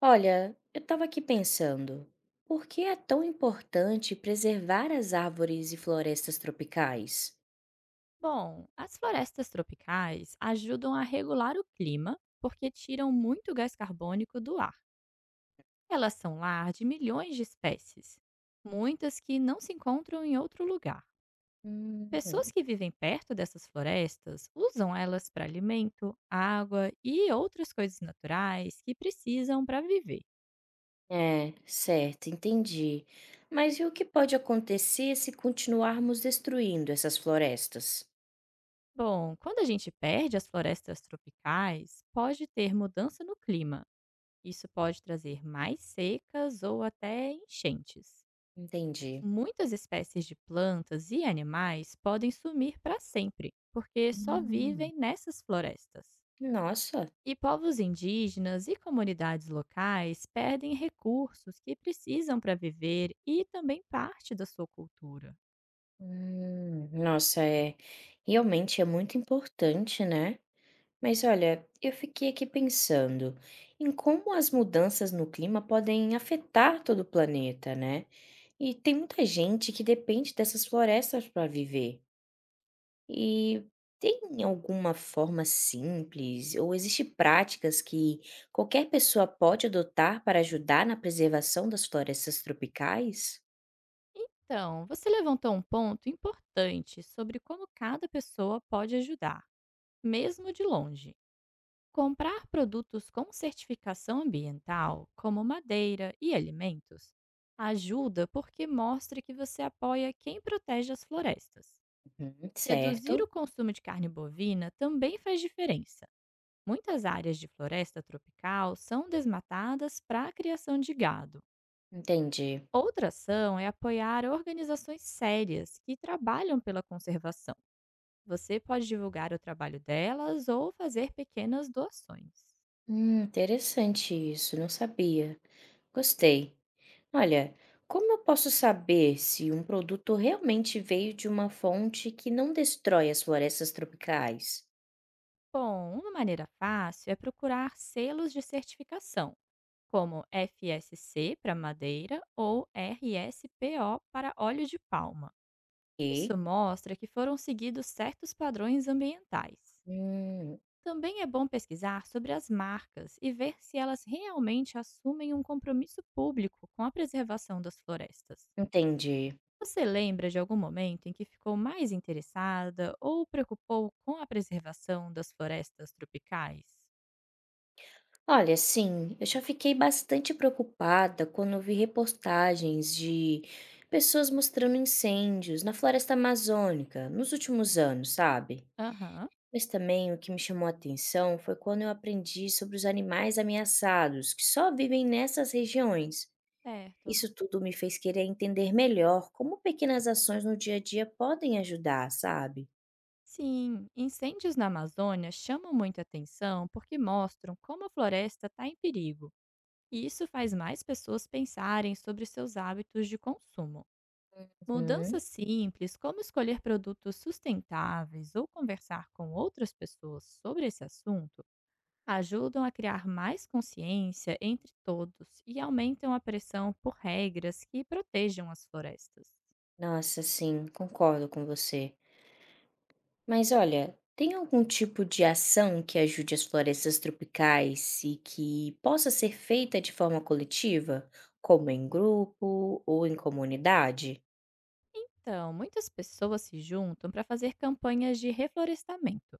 Olha, eu estava aqui pensando, por que é tão importante preservar as árvores e florestas tropicais? Bom, as florestas tropicais ajudam a regular o clima porque tiram muito gás carbônico do ar. Elas são lar de milhões de espécies, muitas que não se encontram em outro lugar. Hum, Pessoas que vivem perto dessas florestas usam elas para alimento, água e outras coisas naturais que precisam para viver. É, certo, entendi. Mas e o que pode acontecer se continuarmos destruindo essas florestas? Bom, quando a gente perde as florestas tropicais, pode ter mudança no clima. Isso pode trazer mais secas ou até enchentes. Entendi. Muitas espécies de plantas e animais podem sumir para sempre, porque só Hum, vivem nessas florestas. Nossa. E povos indígenas e comunidades locais perdem recursos que precisam para viver e também parte da sua cultura. Nossa, é realmente é muito importante, né? Mas olha, eu fiquei aqui pensando em como as mudanças no clima podem afetar todo o planeta, né? E tem muita gente que depende dessas florestas para viver. E tem alguma forma simples ou existe práticas que qualquer pessoa pode adotar para ajudar na preservação das florestas tropicais? Então, você levantou um ponto importante sobre como cada pessoa pode ajudar, mesmo de longe. Comprar produtos com certificação ambiental, como madeira e alimentos, ajuda porque mostra que você apoia quem protege as florestas. Uhum, Reduzir certo, o consumo de carne bovina também faz diferença. Muitas áreas de floresta tropical são desmatadas para a criação de gado. entendi. Outra ação é apoiar organizações sérias que trabalham pela conservação. Você pode divulgar o trabalho delas ou fazer pequenas doações. Interessante isso, não sabia. Gostei. Olha, como eu posso saber se um produto realmente veio de uma fonte que não destrói as florestas tropicais? Bom, uma maneira fácil é procurar selos de certificação, como FSC para madeira ou RSPO para óleo de palma. Ok. Isso mostra que foram seguidos certos padrões ambientais. Hum, Também é bom pesquisar sobre as marcas e ver se elas realmente assumem um compromisso público com a preservação das florestas. Entendi. Você lembra de algum momento em que ficou mais interessada ou preocupou com a preservação das florestas tropicais? Olha, sim, eu já fiquei bastante preocupada quando eu vi reportagens de pessoas mostrando incêndios na floresta amazônica nos últimos anos, sabe? Aham. Mas também o que me chamou a atenção foi quando eu aprendi sobre os animais ameaçados que só vivem nessas regiões. Certo. Isso tudo me fez querer entender melhor como pequenas ações no dia a dia podem ajudar, sabe? Sim, incêndios na Amazônia chamam muita atenção porque mostram como a floresta está em perigo. E isso faz mais pessoas pensarem sobre seus hábitos de consumo. Uhum. Mudanças simples, como escolher produtos sustentáveis ou conversar com outras pessoas sobre esse assunto, ajudam a criar mais consciência entre todos e aumentam a pressão por regras que protejam as florestas. Nossa, sim, concordo com você. Mas olha, tem algum tipo de ação que ajude as florestas tropicais e que possa ser feita de forma coletiva, como em grupo ou em comunidade? Então, muitas pessoas se juntam para fazer campanhas de reflorestamento,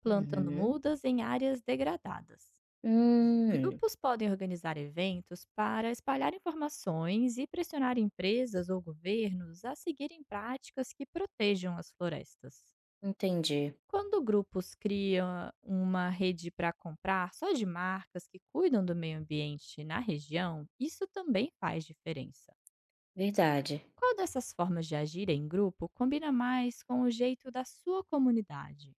plantando Uhum. mudas em áreas degradadas. Hum, Grupos podem organizar eventos para espalhar informações e pressionar empresas ou governos a seguirem práticas que protejam as florestas. Entendi. Quando grupos criam uma rede para comprar só de marcas que cuidam do meio ambiente na região, isso também faz diferença. Verdade. Qual dessas formas de agir em grupo combina mais com o jeito da sua comunidade?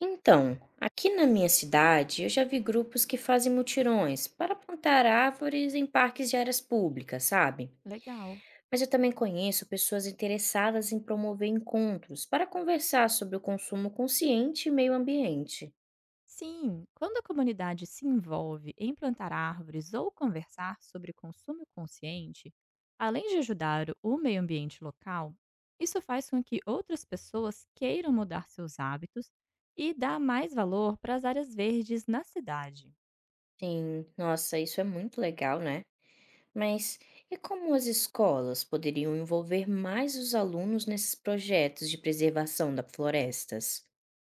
Então, aqui na minha cidade, eu já vi grupos que fazem mutirões para plantar árvores em parques de áreas públicas, sabe? Legal. Mas eu também conheço pessoas interessadas em promover encontros para conversar sobre o consumo consciente e meio ambiente. Sim, quando a comunidade se envolve em plantar árvores ou conversar sobre consumo consciente, além de ajudar o meio ambiente local, isso faz com que outras pessoas queiram mudar seus hábitos e dar mais valor para as áreas verdes na cidade. Sim, nossa, isso é muito legal, né? Mas e como as escolas poderiam envolver mais os alunos nesses projetos de preservação das florestas?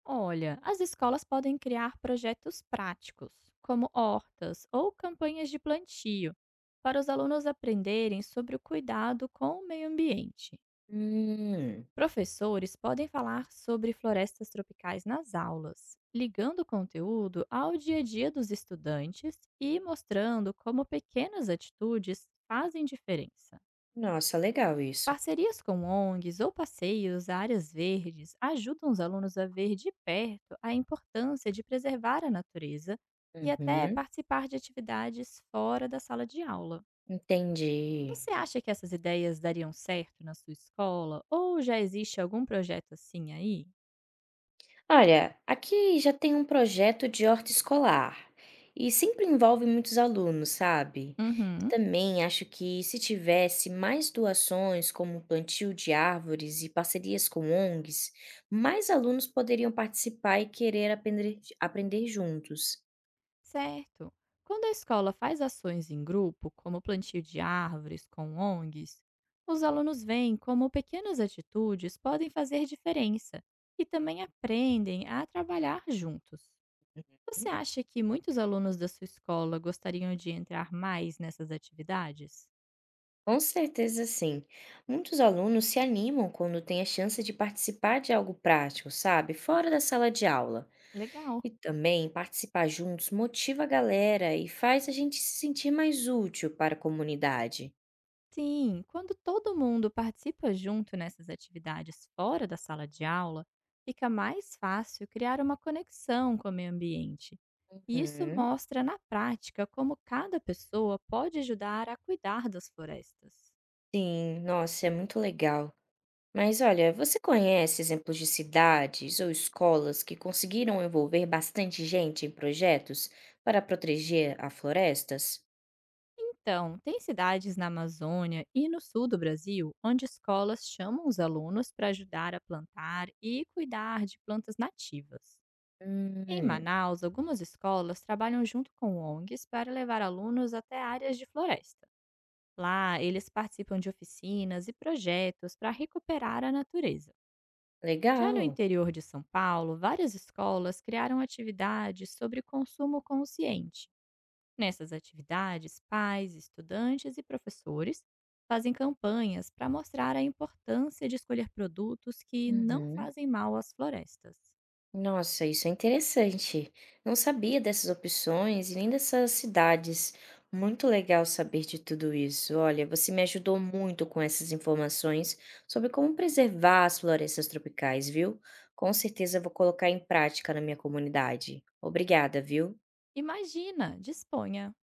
Olha, as escolas podem criar projetos práticos, como hortas ou campanhas de plantio, para os alunos aprenderem sobre o cuidado com o meio ambiente. Hum, Professores podem falar sobre florestas tropicais nas aulas, ligando o conteúdo ao dia a dia dos estudantes e mostrando como pequenas atitudes fazem diferença. Nossa, legal isso. Parcerias com ONGs ou passeios a áreas verdes ajudam os alunos a ver de perto a importância de preservar a natureza e até Uhum. participar de atividades fora da sala de aula. Entendi. Você acha que essas ideias dariam certo na sua escola ou já existe algum projeto assim aí? Olha, aqui já tem um projeto de horta escolar e sempre envolve muitos alunos, sabe? Eu Uhum. também acho que se tivesse mais doações, como plantio de árvores e parcerias com ONGs, mais alunos poderiam participar e querer aprender juntos. Certo. Quando a escola faz ações em grupo, como plantio de árvores com ONGs, os alunos veem como pequenas atitudes podem fazer diferença e também aprendem a trabalhar juntos. Você acha que muitos alunos da sua escola gostariam de entrar mais nessas atividades? Com certeza, sim. Muitos alunos se animam quando têm a chance de participar de algo prático, sabe? Fora da sala de aula. Legal! E também participar juntos motiva a galera e faz a gente se sentir mais útil para a comunidade. Sim, quando todo mundo participa junto nessas atividades fora da sala de aula, fica mais fácil criar uma conexão com o meio ambiente. E isso Uhum. mostra na prática como cada pessoa pode ajudar a cuidar das florestas. Sim, nossa, é muito legal. Mas olha, você conhece exemplos de cidades ou escolas que conseguiram envolver bastante gente em projetos para proteger as florestas? Então, tem cidades na Amazônia e no sul do Brasil onde escolas chamam os alunos para ajudar a plantar e cuidar de plantas nativas. Em Hum, Manaus, algumas escolas trabalham junto com ONGs para levar alunos até áreas de floresta. Lá, eles participam de oficinas e projetos para recuperar a natureza. Já no Legal. interior de São Paulo, várias escolas criaram atividades sobre consumo consciente. Nessas atividades, pais, estudantes e professores fazem campanhas para mostrar a importância de escolher produtos que não Uhum. fazem mal às florestas. Nossa, isso é interessante. Não sabia dessas opções e nem dessas cidades. Muito legal saber de tudo isso. Olha, você me ajudou muito com essas informações sobre como preservar as florestas tropicais, viu? Com certeza eu vou colocar em prática na minha comunidade. Obrigada, viu? Imagina, disponha!